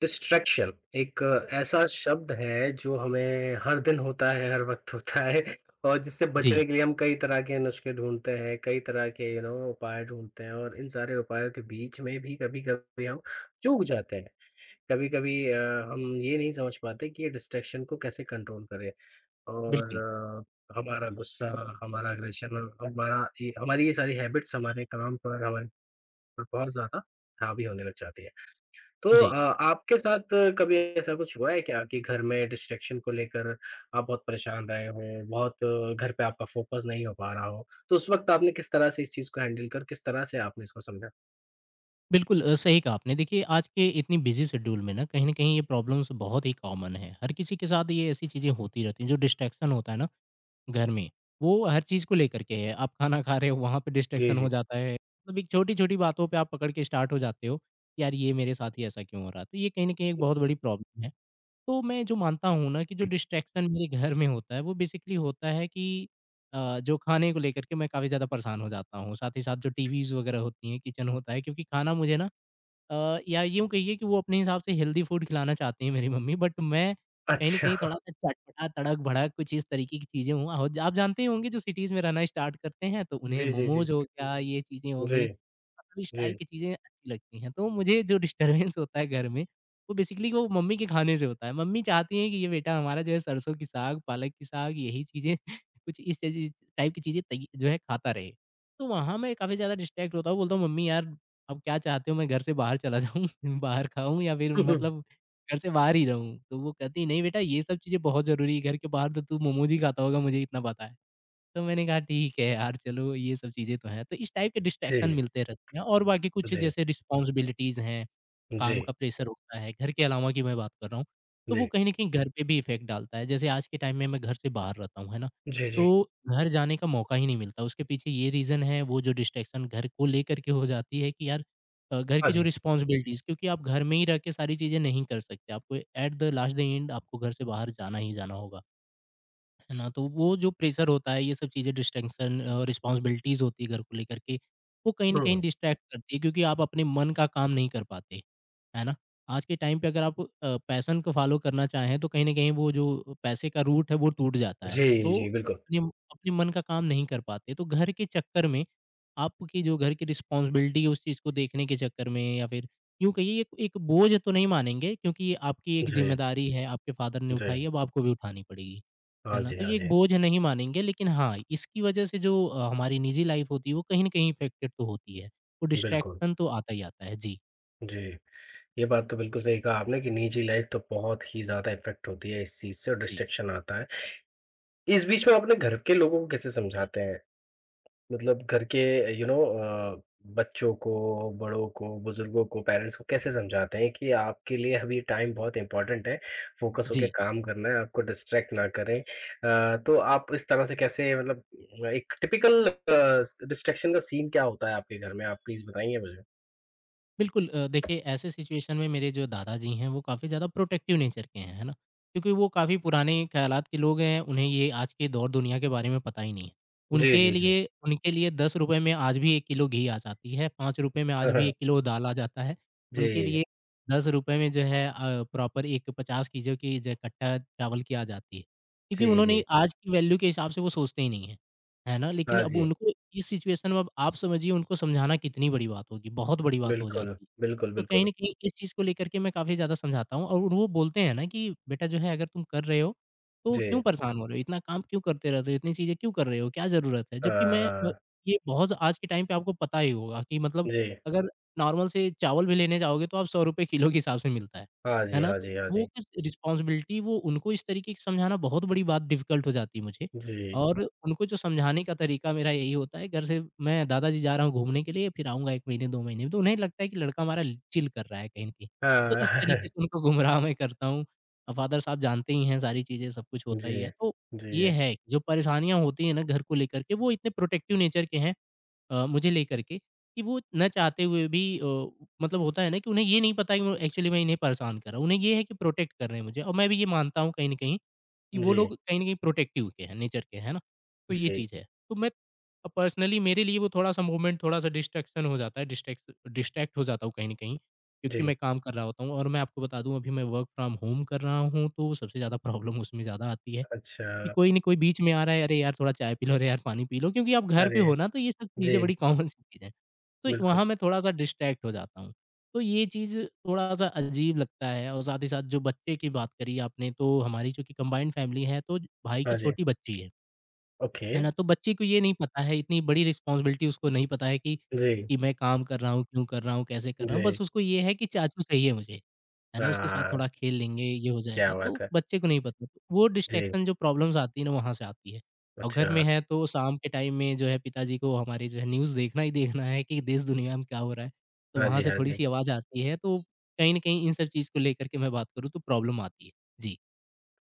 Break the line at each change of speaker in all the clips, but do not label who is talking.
Distraction एक ऐसा शब्द है जो हमें हर दिन होता है, हर वक़्त होता है और जिससे
जी,
बचने के लिए हम कई तरह के नुस्खे ढूँढते हैं, कई तरह के उपाय ढूँढते हैं और इन सारे उपायों के बीच में भी कभी-कभी हम चूक जाते हैं। कभी-कभी हम ये नहीं समझ पाते कि ये डिस्ट्रैक्शन को कैसे कंट्रोल करें और
बिल्कुल।
हमारा गुस्सा, हमारा अग्रेशन और हमारा ये हमारी ये सारी हैबिट्स हमारे काम पर, हमारे ऊपर बहुत ज़्यादा हावी होने लग जाती है। तो
जी,
आपके साथ कभी ऐसा कुछ हुआ है क्या कि घर में डिस्ट्रैक्शन को लेकर आप बहुत परेशान रहे हों, बहुत घर पे आपका फ़ोकस नहीं हो पा रहा हो? तो उस वक़्त आपने किस तरह से इस चीज़ को हैंडल कर किस तरह से आपने इसको समझा?
बिल्कुल सही कहा आपने। देखिए आज के इतनी बिज़ी शेड्यूल में ना कहीं न कहीं ये प्रॉब्लम्स बहुत ही कॉमन है। हर किसी के साथ ये ऐसी चीज़ें होती रहती हैं। जो डिस्ट्रैक्शन होता है ना घर में, वो हर चीज़ को लेकर के है। आप खाना खा रहे हो वहाँ पे
जी,
डिस्ट्रैक्शन
जी।
हो जाता है। मतलब एक छोटी-छोटी बातों पे आप पकड़ के स्टार्ट हो जाते हो, यार ये मेरे साथ ही ऐसा क्यों हो रहा है? तो ये कहीं न कहीं एक बहुत बड़ी प्रॉब्लम है। तो मैं जो मानता हूँ ना कि जो डिस्ट्रैक्शन मेरे घर में होता है, वो बेसिकली होता है कि जो खाने को लेकर के मैं काफ़ी ज़्यादा परेशान हो जाता हूँ। साथ ही साथ जो टीवीज़ वगैरह होती हैं, किचन होता है क्योंकि खाना मुझे ना या यूँ कहिए कि वो अपने हिसाब से हेल्दी फूड खिलाना चाहती हैं मेरी मम्मी बट मैं कहीं न
अच्छा।
कहीं थोड़ा-सा चटपटा, तड़क-भड़क कुछ इस तरीके की चीज़ें हूँ और आप जानते ही होंगे जो सिटीज़ में रहना स्टार्ट करते हैं तो उन्हें
जी, जी, जी।
मोमोज़ हो गया, ये चीज़ें हो
जी,
गई, मतलब इस
जी।
टाइप की चीज़ें अच्छी लगती हैं। तो मुझे जो डिस्टर्बेंस होता है घर में, वो बेसिकली वो मम्मी के खाने से होता है। मम्मी चाहती हैं कि ये बेटा हमारा जो है सरसों की साग, पालक की साग यही चीज़ें कुछ इस चीज़ टाइप की चीज़ें तई जो है खाता रहे। तो वहाँ मैं काफ़ी ज़्यादा डिस्ट्रैक्ट होता हूँ, बोलता हूँ मम्मी यार अब क्या चाहते हो मैं घर से बाहर चला जाऊँ, बाहर खाऊँ या फिर
हुँ, हुँ।
मतलब घर से बाहर ही रहूँ? तो वो कहती, "नहीं बेटा, ये सब चीज़ें बहुत ज़रूरी है, घर के बाहर तो तू मोमोज़ ही खाता होगा, मुझे इतना पता है।" तो मैंने कहा ठीक है यार, चलो ये सब चीज़ें तो हैं। तो इस टाइप के डिस्ट्रैक्शन
जी,
मिलते रहते हैं और बाकी
जी,
कुछ
जी,
जैसे रिस्पॉन्सिबिलिटीज़ हैं,
जी।
काम का प्रेशर होता है, घर के अलावा की मैं बात कर रहा हूँ। तो वो कहीं न कहीं घर पे भी इफ़ेक्ट डालता है। जैसे आज के टाइम में मैं घर से बाहर रहता हूँ, है ना?
जी, जी।
तो घर जाने का मौका ही नहीं मिलता। उसके पीछे ये रीज़न है वो जो डिस्ट्रैक्शन घर को लेकर के हो जाती है कि यार घर
हाँ
की जो
जी।
रिस्पॉन्सिबिलिटीज़ क्योंकि आप घर में ही रह के सारी चीज़ें नहीं कर सकते। आपको at the last the end आपको घर से बाहर जाना ही जाना होगा। है ना? तो वो जो प्रेशर होता है, ये सब चीज़ें डिस्ट्रैक्शन रिस्पॉन्सिबिलिटीज़ होती है घर को लेकर के, वो कहीं न कहीं
हुँ।
डिस्ट्रैक्ट करती है क्योंकि आप अपने मन का काम नहीं कर पाते, है ना? आज के टाइम पे अगर आप पैशन को फॉलो करना चाहें तो कहीं न कहीं वो जो पैसे का रूट है वो टूट जाता है।
जी,
तो
जी, बिल्कुल।
अपने अपने मन का काम नहीं कर पाते, तो घर के चक्कर में आपकी जो घर की रिस्पॉन्सिबिलिटी है उस चीज़ को देखने के चक्कर में या फिर यूँ कहिए एक एक बोझ तो नहीं मानेंगे क्योंकि ये आपकी एक
जी,
जिम्मेदारी है, आपके फ़ादर ने
जी।
उठाई है, अब आपको भी उठानी पड़ेगी,
हाँ
है ना?
जी,
तो
हाँ
ये एक
जी।
बोझ नहीं मानेंगे लेकिन हाँ, इसकी वजह से जो हमारी निजी लाइफ़ होती है वो कहीं न कहीं इफ़ेक्टेड तो होती है। वो
बिल्कुल।
डिस्ट्रैक्शन तो आता ही आता है। जी,
जी। ये बात तो बिल्कुल सही कहा आपने कि निजी लाइफ तो बहुत ही ज़्यादा इफ़ेक्ट होती है इस चीज़ से और
जी,
डिस्ट्रैक्शन आता है। इस बीच में अपने घर के लोगों को कैसे समझाते हैं? मतलब घर के यू नो अ, बच्चों को, बड़ों को, बुज़ुर्गों को, पेरेंट्स को कैसे समझाते हैं कि आपके लिए अभी टाइम बहुत इम्पोर्टेंट है, फ़ोकस होके
जी।
काम करना है, आपको डिस्ट्रैक्ट ना करें। तो आप इस तरह से कैसे मतलब एक टिपिकल डिस्ट्रैक्शन का सीन क्या होता है आपके घर में? आप प्लीज़ बताएँगे मुझे?
बिल्कुल देखिए ऐसे सिचुएशन में मेरे जो दादाजी हैं वो काफ़ी ज़्यादा प्रोटेक्टिव नेचर के हैं, है ना? क्योंकि वो काफ़ी पुराने ख़्यालात के लोग हैं, उन्हें ये आज के दौर दुनिया के बारे में पता ही नहीं है।
जी,
उनके
जी, जी।
लिए उनके लिए ₹10 में आज भी 1 किलो घी आ जाती है, ₹5 में आज
हाँ,
भी
हाँ।
1 किलो दाल आ जाता है। उनके
जी।
लिए ₹10 में जो है प्रॉपर एक 50 की जो कि जो कट्टा चावल की आ जाती है। क्योंकि
जी, जी।
उन्होंने आज की वैल्यू के हिसाब से वो सोचते ही नहीं हैं। है ना? लेकिन
हाँ
अब
जी।
उनको इस सिचुएशन में अब आप समझिए उनको समझाना कितनी बड़ी बात होगी, बहुत बड़ी बात हो
बिल्कुल,
जाती है।
बिल्कुल,
तो कहीं
बिल्कुल।
न कहीं इस चीज़ को लेकर के मैं काफ़ी ज़्यादा समझाता हूँ और वो बोलते हैं ना कि बेटा जो है अगर तुम कर रहे हो, तो
जी।
क्यों परेशान हो रहे हो? इतना काम क्यों करते रहते हो? इतनी चीज़ें क्यों कर रहे हो? क्या ज़रूरत है? जबकि
हाँ,
मैं वो
हाँ।
ये बहुत आज के टाइम पे आपको पता ही होगा कि मतलब
जी।
अगर नॉर्मल से चावल भी लेने जाओगे तो आप ₹100 किलो के हिसाब से मिलता है।
हाँ जी,
है ना?
हाँ
तो
जी, हाँ
वो
जी।
कुछ रिस्पॉन्सिबिलिटी वो उनको इस तरीके से समझाना बहुत बड़ी बात डिफ़िकल्ट हो जाती है मुझे।
जी।
और उनको जो समझाने का तरीका मेरा यही होता है घर से मैं दादाजी जा रहा हूँ घूमने के लिए फिर आऊँगा 1 महीने 2 महीने में, तो उन्हें लगता है कि लड़का हमारा चिल कर रहा है कहीं न कहीं। तो इस
हाँ।
तरीके से उनको गुमराह मैं करता हूँ। फ़ादर साहब जानते ही हैं सारी चीज़ें, सब कुछ होता ही
जी।
है। तो ये
जी।
है, कि जो परेशानियाँ होती हैं ना घर को लेकर के वो इतने प्रोटेक्टिव नेचर के हैं मुझे लेकर के कि वो ना चाहते हुए भी मतलब होता है ना कि उन्हें ये नहीं पता कि वो एक्चुअली मैं इन्हें परेशान कर रहा हूँ। उन्हें ये है कि प्रोटेक्ट कर रहे हैं मुझे और मैं भी ये मानता हूँ कहीं न कहीं कि वो
जी।
लोग कहीं न कहीं प्रोटेक्टिव के हैं, नेचर के, है ना? तो ये
जी।
चीज़ है। तो मैं पर्सनली मेरे लिए वो थोड़ा-सा मूवमेंट, थोड़ा-सा डिस्ट्रैक्शन हो जाता है, डिस्ट्रैक्स डिस्ट्रैक्ट हो जाता हूँ कहीं न कहीं क्योंकि
जी।
मैं काम कर रहा होता हूँ और मैं आपको बता दूँ अभी मैं वर्क फ्रॉम होम कर रहा हूँ, तो सबसे ज़्यादा प्रॉब्लम उसमें ज़्यादा आती है।
अच्छा।
कि कोई न कोई बीच में आ रहा है, "अरे यार, थोड़ा चाय पी लो, अरे यार, पानी पी लो।" क्योंकि आप घर पे
अरे!
हो ना, तो ये सब चीज़ें
जी,
बड़ी कॉमन सी चीज़ है। तो
बिल्कुल।
वहाँ मैं थोड़ा-सा डिस्ट्रैक्ट हो जाता हूँ। तो ये चीज़ थोड़ा-सा अजीब लगता है और साथ ही साथ जो बच्चे की बात करी आपने, तो हमारी चूँकि कंबाइंड फैमिली है, तो भाई की
हाँ जी।
छोटी बच्ची है।
ओके।
है ना? तो बच्चे को ये नहीं पता है, इतनी बड़ी रिस्पॉन्सिबिलिटी उसको नहीं पता है कि
जी।
कि मैं काम कर रहा हूँ, क्यों कर रहा हूँ, कैसे कर रहा हूँ।
जी।
बस उसको ये है कि चाचू चाहिए मुझे, है ना? उसके साथ
हाँ,
थोड़ा खेल लेंगे, ये हो
क्या
जाएगा।
बात
तो
है।
बच्चे को नहीं पता। तो वो
जी।
डिस्ट्रैक्शन जो प्रॉब्लम्स आती है ना, वहाँ से आती है। और
अच्छा।
घर में है तो शाम के टाइम में जो है पिताजी को हमारे जो है न्यूज़ देखना ही देखना है कि देश-दुनिया में क्या हो रहा है। तो
हाँ
वहाँ
जी,
से
हाँ जी।
थोड़ी-सी आवाज़ आती है। तो कहीं न कहीं इन सब चीज़ को लेकर के मैं बात करूँ तो प्रॉब्लम आती है। जी।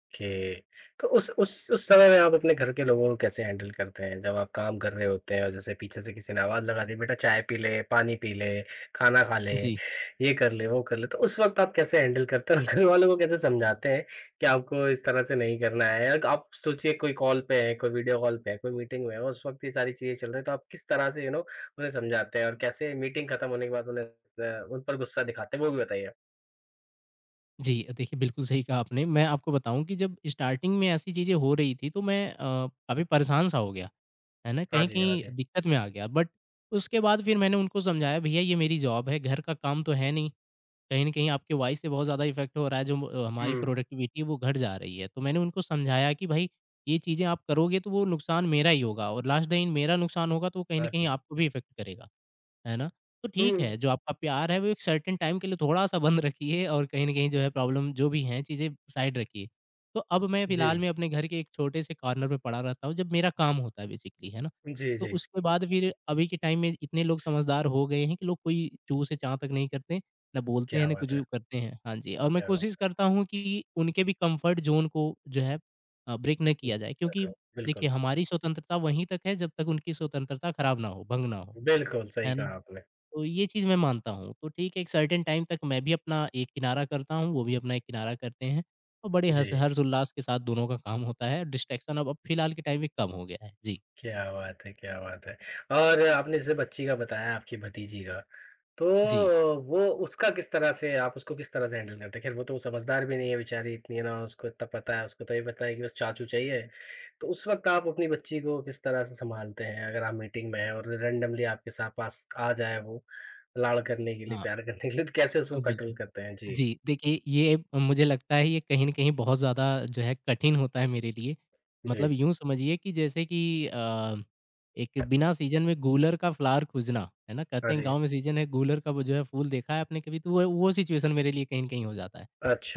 ओके। तो उस समय में आप अपने घर के लोगों को कैसे हैंडल करते हैं? जब आप काम कर रहे होते हैं और जैसे पीछे से किसी ने आवाज़ लगा दी, "बेटा चाय पी ले, पानी पी ले, खाना खा ले,
जी।
ये कर ले, वो कर ले।" तो उस वक़्त आप कैसे हैंडल करते हैं और घर वालों को कैसे समझाते हैं कि आपको इस तरह से नहीं करना है? और आप सोचिए कोई कॉल पे है, कोई वीडियो कॉल पे है, कोई मीटिंग में है, उस वक़्त ये सारी चीज़ें चल रही हैं, तो आप किस तरह से उन्हें समझाते हैं और कैसे मीटिंग खत्म होने के बाद उन्हें उन पर गुस्सा दिखाते हैं, वो भी बताइए?
जी, देखिए बिल्कुल सही कहा आपने। मैं आपको बताऊँ कि जब स्टार्टिंग में ऐसी चीज़ें हो रही थी तो मैं काफ़ी परेशान-सा हो गया, है ना?
हाँ जी, हाँ
कहीं-कहीं
जी।
दिक्कत में आ गया बट उसके बाद फिर मैंने उनको समझाया भैया ये मेरी जॉब है, घर का काम तो है नहीं। कहीं न कहीं आपके वॉइस से बहुत ज़्यादा इफ़ेक्ट हो रहा है, जो हमारी
हुँ।
प्रोडक्टिविटी है वो घट जा रही है। तो मैंने उनको समझाया कि भाई ये चीज़ें आप करोगे तो वो नुकसान मेरा ही होगा और लास्ट दिन मेरा नुकसान होगा तो वो कहीं न
हाँ
कहीं
जी।
आपको भी इफ़ेक्ट करेगा। है ना? तो ठीक
हुँ।
है, जो आपका प्यार है वो एक सर्टेन टाइम के लिए थोड़ा-सा बंद रखिए और कहीं न कहीं जो है प्रॉब्लम जो भी हैं चीज़ें साइड रखिए। तो अब मैं
जी।
फिलहाल मैं अपने घर के एक छोटे से कॉर्नर में पड़ा रहता हूँ जब मेरा काम होता है बेसिकली, है ना?
जी,
तो
जी।
उसके बाद फिर अभी के टाइम में इतने लोग समझदार हो गए हैं कि लोग कोई चूँ से चाँ तक नहीं करते, ना बोलते
क्या
हैं ना
बात
कुछ
है!
करते हैं। हाँ जी, और मैं
क्या
कोशिश
बात
करता हूँ कि उनके भी कम्फर्ट ज़ोन को जो है ब्रेक ना
है!
किया जाए क्योंकि देखिए
बिल्कुल,
हमारी स्वतंत्रता वहीं तक है जब तक उनकी स्वतंत्रता खराब ना हो, भंग ना हो,
बिल्कुल सही
है ना?
कहा आपने।
तो ये चीज़ मैं मानता हूँ। तो ठीक है, एक सर्टेन टाइम तक मैं भी अपना एक किनारा करता हूँ, वो भी अपना एक किनारा करते हैं और बड़े
जी,
हस हर्ष-उल्लास के साथ दोनों का काम होता है। डिस्ट्रैक्शन अब फ़िलहाल के टाइम में कम हो गया है। जी,
क्या बात है! क्या बात है! और आपने जैसे बच्ची का बताया आपकी भतीजी का, तो
जी।
वो उसका किस तरह से आप उसको किस तरह से हैंडल करते हैं? खैर वो तो समझदार भी नहीं है बेचारी इतनी है ना, उसको इतना पता है, उसको तो ये पता है कि बस चाचू चाहिए। तो उस वक़्त आप अपनी बच्ची को किस तरह से सँभालते हैं? अगर आप मीटिंग में हैं और रैंडमली आपके साथ पास आ जाए वो लाड़ करने के लिए,
हाँ,
प्यार करने के लिए, तो कैसे उसको
हाँ,
कंट्रोल
बिल्कुल।
करते हैं? जी,
जी, देखिए ये मुझे लगता है ये कहीं न कहीं बहुत ज़्यादा जो है कठिन होता है मेरे लिए। मतलब
जी।
यूँ समझिए कि जैसे कि अ, एक बिना सीज़न में गूलर का फ्लावर खूजना, है ना? कहते
हाँ
हैं
जी।
गाँव में सीज़न है गूलर का वो जो है फूल देखा है आपने कभी? तो वो सिचुएशन मेरे लिए कहीं न कहीं हो जाता है।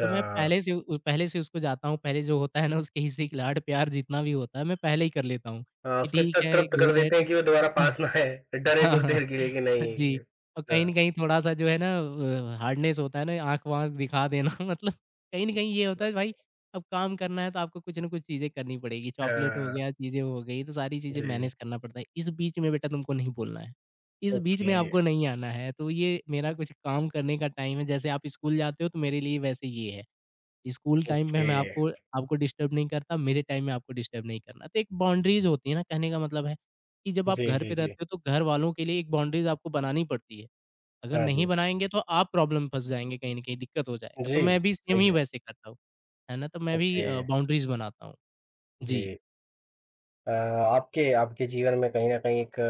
तो मैं पहले से उ पहले से उसको जाता हूँ, पहले जो होता है ना उसके हिस्से की लाड प्यार जितना भी होता है मैं पहले ही कर लेता हूँ,
हाँ,
कि
उसको इतना
ठीक है
तृप्त कर
घूम ले।
देते हैं कि वो दोबारा पास ना आए, डरे
हाँ,
कुछ
हाँ।
देर के लिए कि नहीं
जी, और कहीं
अ
न कहीं थोड़ा-सा जो है ना हार्डनेस होता है ना, आँख-वाँख दिखा देना मतलब कहीं न कहीं ये
अ,
होता है भाई अब काम करना है तो आपको कुछ न कुछ चीज़ें करनी पड़ेगी। चॉकलेट हो
हाँ,
गया, चीज़ें हो गई, तो सारी चीज़ें
जी।
मैनेज करना पड़ता है। इस बीच में बेटा तुमको नहीं बोलना है, इस बीच
ओके,
में आपको नहीं आना है, तो ये मेरा कुछ काम करने का टाइम है। जैसे आप स्कूल जाते हो तो मेरे लिए वैसे ये है। स्कूल टाइम में
ओके।
मैं आपको आपको डिस्टर्ब नहीं करता, मेरे टाइम में आपको डिस्टर्ब नहीं करना। तो एक बाउंड्रीज़ होती है ना, कहने का मतलब है कि जब आप
जी,
घर
जी,
पे
जी।
रहते हो, तो घर वालों के लिए एक बाउंड्रीज़ आपको बनानी पड़ती है। अगर
हाँ
नहीं
जी।
बनाएँगे तो आप प्रॉब्लम में फँस जाएँगे कहीं न कहीं, दिक्कत हो जाएगा। तो
जी,
मैं भी सेम
सही
ही
है।
वैसे करता हूँ, है ना? तो मैं भी
ओके,
बाउंड्रीज़ बनाता हूँ।
जी।
जी,
आपके आपके जीवन में कहीं न कहीं एक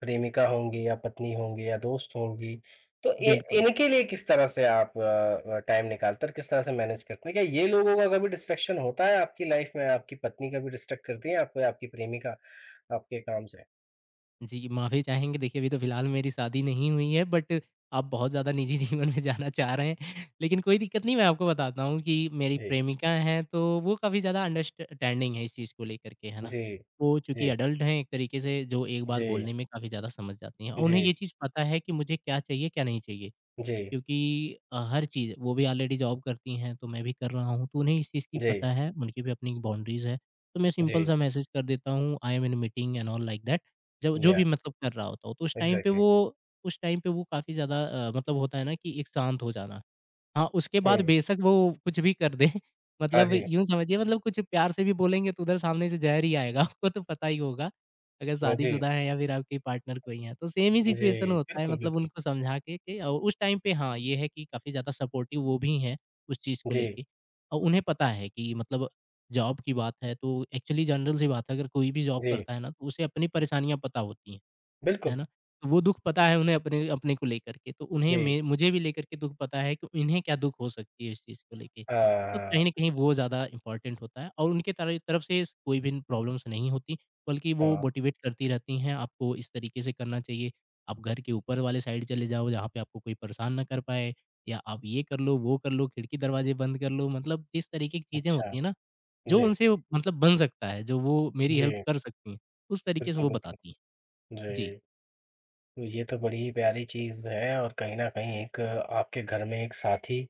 प्रेमिका होंगी या पत्नी होंगी या दोस्त होंगी, तो इ
बिल्कुल।
इनके लिए किस तरह से आप टाइम निकालते हैं और किस तरह से मैनेज करते हैं? क्या ये लोगों का कभी डिस्ट्रैक्शन होता है आपकी लाइफ में? आपकी पत्नी कभी डिस्ट्रैक्ट करती है आपको या आपकी प्रेमिका आपके काम से?
जी, माफ़ी चाहेंगे देखिए अभी तो फ़िलहाल मेरी शादी नहीं हुई है बट आप बहुत ज़्यादा निजी जीवन में जाना चाह रहे हैं। लेकिन कोई दिक्कत नहीं मैं आपको बताता हूँ कि मेरी
जी।
प्रेमिका हैं तो वो काफ़ी ज़्यादा अंडरस्टैंडिंग है इस चीज़ को लेकर के, है ना?
जी।
वो
जी।
चूँकि एडल्ट हैं एक तरीके से जो एक बात
जी।
बोलने में काफ़ी ज़्यादा समझ जाती हैं और उन्हें
जी।
ये चीज़ पता है कि मुझे क्या चाहिए, क्या नहीं चाहिए।
जी।
क्योंकि हर चीज़ वो भी ऑलरेडी जॉब करती हैं, तो मैं भी कर रहा हूँ, तो उन्हें इस चीज़ की
जी।
पता है, उनकी भी अपनी बाउंड्रीज़ है। तो मैं सिंपल
जी।
सा मैसेज कर देता हूँ, I am in meeting and all like that जब जो
या
भी मतलब कर रहा होता हूँ। तो उस टाइम पे
एग्ज़ैक्टली।
वो उस टाइम पे वो काफ़ी ज़्यादा मतलब होता है ना कि एक शांत हो जाना। हाँ, उसके
हुँ।
बाद बेशक वो कुछ भी कर दें।
हाँ
मतलब
जी।
यूँ समझिए मतलब कुछ प्यार से भी बोलेंगे तो उधर सामने से ज़हर ही आएगा आपको तो पता ही होगा, अगर
जी।
शादीशुदा हैं या फिर आपके पार्टनर कोई हैं। तो सेम ही
जी।
सिचुएशन होता है
बिल्कुल,
मतलब
बिल्कुल।
उनको समझा के उस टाइम पे हाँ, ये है कि काफ़ी ज़्यादा सपोर्टिव वो भी हैं उस चीज़ को
जी।
लेके और उन्हें पता है कि मतलब जॉब की बात है तो एक्चुअली जनरल सी बात है अगर कोई भी जॉब
जी।
करता है ना तो उसे अपनी परेशानियाँ पता होती हैं। है
बिल्कुल।
ना? तो वो दुःख पता है उन्हें अपने अपने को लेकर के, तो उन्हें
जी।
मैं मुझे भी लेकर के दुःख पता है कि इन्हें क्या दुःख हो सकती है इस चीज़ को लेके।
हाँ,
तो
हाँ।
कहीं न कहीं वो ज़्यादा इम्पोर्टेंट होता है और उनके तरह तरफ से कोई भी प्रॉब्लम्स नहीं होती, बल्कि वो
हाँ,
मोटिवेट करती रहती हैं, आपको इस तरीके से करना चाहिए। आप घर के ऊपर वाले साइड चले जाओ, जहाँ पे आपको कोई परेशान ना कर पाए या आप ये कर लो, वो कर लो, खिड़की-दरवाज़े बंद कर लो, मतलब इस तरीके की चीज़ें
अच्छा।
होती हैं ना, जो
जी,
उनसे मतलब बन सकता है, जो वो मेरी
जी।
हेल्प कर सकती हैं, उस तरीके से
बिल्कुल,
वो
बिल्कुल।
बताती हैं। जी।
जी। तो ये तो बड़ी ही प्यारी चीज़ है और कहीं न कहीं एक आपके घर में एक साथी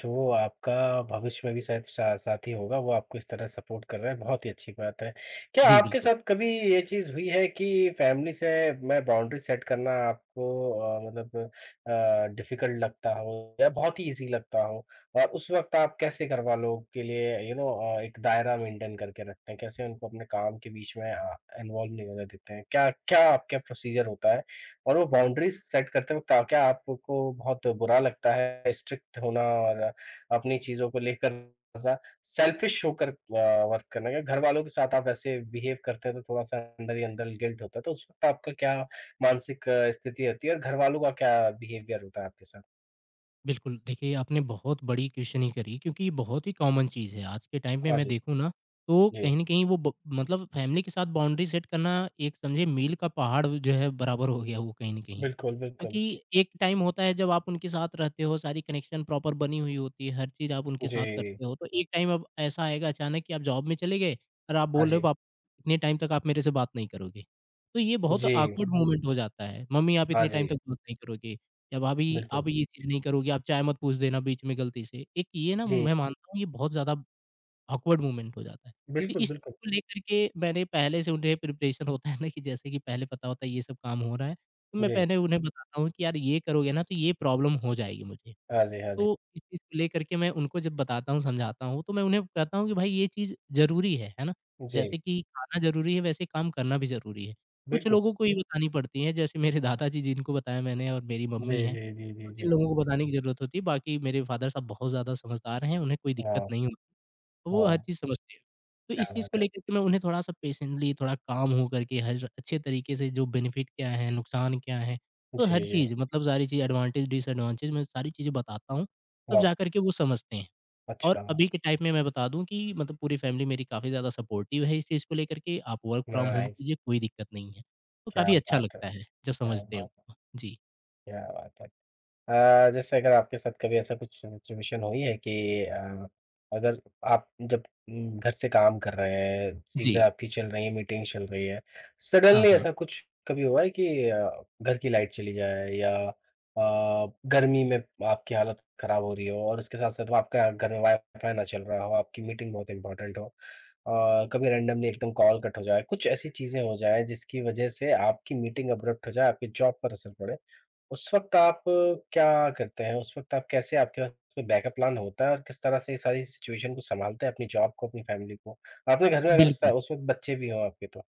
जो आपका भविष्य में भी शायद सा साथी होगा, वो आपको इस तरह सपोर्ट कर रहा है, बहुत ही अच्छी बात है। क्या
जी,
आपके
बिल्कुल।
साथ कभी ये चीज़ हुई है कि फैमिली से मैं बाउंड्री सेट करना आपको मतलब डिफ़िकल्ट लगता हो या बहुत ही ईज़ी लगता हो? और उस वक़्त आप कैसे घर वालों के लिए एक दायरा मेंटेन करके रखते हैं? कैसे उनको अपने काम के बीच में इन्वॉल्व नहीं होने देते हैं? क्या क्या आपका प्रोसीजर होता है? और वो बाउंड्रीज़ सेट करते वक़्त क्या आपको बहुत बुरा लगता है स्ट्रिक्ट होना और अपनी चीज़ों को लेकर थोड़ा-सा सेल्फिश होकर वर्क करना? क्या घरवालों के साथ आप ऐसे बिहेव करते हैं तो थोड़ा-सा अंदर ही अंदर गिल्ट होता है, तो उस वक़्त आपका क्या मानसिक स्थिति रहती है और घरवालों का क्या बिहेवियर होता है आपके साथ?
बिल्कुल, देखिए आपने बहुत बड़ी क्वेश्चनिंग करी क्योंकि ये बहुत ही कॉमन चीज़ है। आज के टाइम पे
हाँ
मैं
जी,
देखूँ ना तो
जी।
कहीं न कहीं वो ब मतलब फैमिली के साथ बाउंड्री सेट करना एक समझिए मील का पहाड़ जो है बराबर हो गया वो कहीं न कहीं।
बिल्कुल, बिल्कुल।
क्योंकि एक टाइम होता है जब आप उनके साथ रहते हो, सारी कनेक्शन प्रॉपर बनी हुई होती है, हर चीज़ आप उनके
जी।
साथ करते हो, तो एक टाइम अब ऐसा आएगा अचानक कि आप जॉब में चले गए और आप
हाँ
बोल रहे
जी।
हो, "आप इतने टाइम तक आप मेरे से बात नहीं करोगे।" तो ये बहुत
जी।
ऑकवर्ड मोमेंट हो जाता है, "मम्मी आप
हाँ
इतने टाइम
जी।
तक बात नहीं करोगे" या "भाभी
बिल्कुल।
आप ये चीज़ नहीं करोगे, आप चाय मत पूछ देना बीच में गलती से।" एक ये ना
जी।
मैं मानता हूँ ये बहुत ज़्यादा ऑकवर्ड मोमेंट हो जाता है। तो
बिल्कुल,
इस चीज़
बिल्कुल।
को लेकर के मैंने पहले से उन्हें प्रिपरेशन होता है ना कि जैसे कि पहले पता होता है ये सब काम हो रहा है, तो मैं
जी।
पहले उन्हें बताता हूँ कि यार ये करोगे ना तो ये प्रॉब्लम हो जाएगी मुझे।
हाँ जी, हाँ जी।
तो इस चीज़ को लेकर के मैं उनको जब बताता हूँ, समझाता हूँ, तो मैं उन्हें कहता हूँ कि भाई ये चीज़ ज़रूरी है ना?
जी।
जैसे कि खाना ज़रूरी है वैसे काम करना भी ज़रूरी है। कुछ
बिल्कुल।
लोगों को ही बतानी पड़ती है जैसे मेरे दादाजी जिनको बताया मैंने और मेरी
जी,
मम्मी हैं,
जी, जी, जी,
तो
जी।
जिन लोगों को बताने की ज़रूरत होती है, बाकी मेरे फादर साहब बहुत ज़्यादा समझदार हैं, उन्हें कोई दिक्कत
हाँ।
नहीं होती। वो हर
वाह!
चीज़ समझते हैं। तो
क्या
इस चीज़
बात
को
है।
लेकर के मैं उन्हें थोड़ा-सा पेशेंटली थोड़ा काम हो करके हर अच्छे तरीके से जो बेनिफिट क्या है, नुकसान क्या है, तो
जी,
हर
जी।
चीज़ मतलब सारी चीज़ एडवांटेज, डिसएडवांटेज मैं सारी चीज़ें बताता हूँ, तब
वाह!
जा कर के वो समझते हैं। और
अच्छा,
अभी के टाइम में मैं बता दूँ कि मतलब पूरी फैमिली मेरी काफ़ी ज़्यादा सपोर्टिव है इस चीज़ को लेकर के, आप वर्क फ्रॉम होम
नाइस
कीजिए, कोई दिक्कत नहीं है। तो
क्या
काफ़ी अच्छा
बात है!
लगता है जब
क्या
समझते हैं।
बात है!
वो। जी।
क्या बात है! जैसे अगर आपके साथ कभी ऐसा कुछ सिचुएशन हुई है कि अगर आप जब घर से काम कर रहे हैं, चीज़ें
जी।
आपकी चल रही हैं, मीटिंग चल रही है,
हाँ,
सडनली
हाँ।
ऐसा कुछ कभी हुआ है कि घर की लाइट चली जाए या गर्मी में आपकी हालत खराब हो रही हो और उसके साथ-साथ आपका घर में वाई-फाई ना चल रहा हो, आपकी मीटिंग बहुत इम्पोर्टेंट हो और कभी रैंडमली एकदम कॉल कट हो जाए, कुछ ऐसी चीज़ें हो जाएँ जिसकी वजह से आपकी मीटिंग अब्रप्ट हो जाए, आपकी जॉब पर असर पड़े? उस वक़्त आप क्या करते हैं? उस वक़्त आप कैसे आपके पास कोई बैकअप प्लान होता है और किस तरह से ये सारी सिचुएशन को सँभालते हैं अपनी जॉब को, अपनी फैमिली को? आपके घर में अगर
बिल्कुल।
उस वक़्त बच्चे भी हों आपके तो?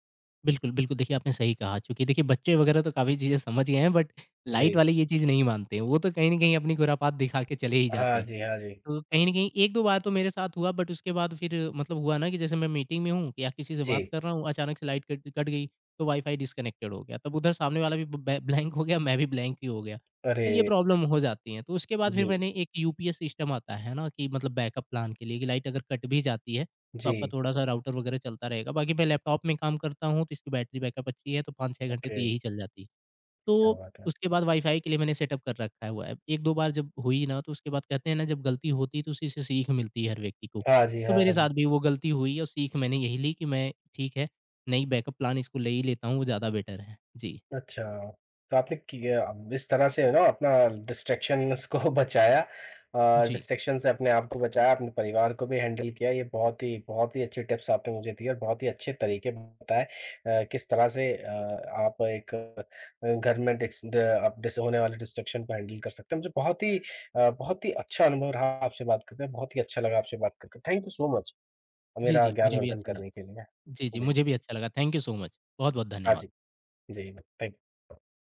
बिल्कुल, बिल्कुल, देखिए आपने सही कहा चूँकि देखिए बच्चे वगैरह तो काफ़ी चीज़ें समझ गए हैं बट
जी।
लाइट वाले ये चीज़ नहीं मानते हैं। वो तो कहीं न कहीं अपनी खुरापात दिखा के चले ही जाते
हाँ
हैं।
जी, हाँ जी।
तो कहीं न कहीं 1-2 बार तो मेरे साथ हुआ बट उसके बाद फिर मतलब हुआ ना कि जैसे मैं मीटिंग में हूँ या किसी से
जी।
बात कर रहा हूँ, अचानक से लाइट कट कट गई, तो वाईफ़ाई डिस्कनेक्टेड हो गया। तब उधर सामने वाला भी ब बै ब्लैंक हो गया, मैं भी ब्लैंक ही हो गया। तो ये
अरे!
प्रॉब्लम हो जाती है। तो उसके बाद फिर
जी।
मैंने एक यूपीएस सिस्टम आता है ना कि मतलब बैकअप प्लान के लिए कि लाइट अगर कट भी जाती है, तो आपका
जी।
थोड़ा-सा राउटर वगैरह चलता रहेगा। बाकी मैं लैपटॉप में काम करता हूँ, तो इसकी बैटरी बैकअप अच्छी है, तो 5-6 घंटे तो
ओके,
यही चल जाती है।
क्या
तो
बात है।
उसके बाद वाईफ़ाई के लिए मैंने सेटअप कर रखा है हुआ है। 1-2 बार जब हुई ना, तो उसके बाद कहते हैं ना जब गलती होती है तो उसी से सीख मिलती है हर व्यक्ति को।
हाँ जी,
तो मेरे
हाँ
साथ
जी।
भी वो गलती हुई और सीख मैंने यही ली कि मैं ठीक है, नहीं बैकअप प्लान इसको ले ही लेता हूँ, वो ज़्यादा बेटर है। जी,
अच्छा, तो आपने किया अब इस तरह से ना अपना डिस्ट्रैक्शंस को बचाया
जी।
डिस्ट्रैक्शन से अपने आप को बचाया, अपने परिवार को भी हैंडल किया। ये बहुत ही अच्छी टिप्स आपने मुझे दी और बहुत ही अच्छे तरीके बताए किस तरह से आप एक घर में डिस ड आप डिस होने वाले डिस्ट्रैक्शन को हैंडल कर सकते हैं। मुझे बहुत ही बहुत ही अच्छा अनुभव रहा आपसे बात करके, बहुत ही अच्छा लगा आपसे बात करके। थैंक यू सो मच
जी,
मेरा
जी, मुझे भी
ज्ञानवर्धन
अच्छा लगा।
करने के लिए।
जी, जी,
जी।
मुझे भी अच्छा लगा। Thank you so much. बहुत-बहुत
हाँ
धन्यवाद।
जी। जी, थैंक यू।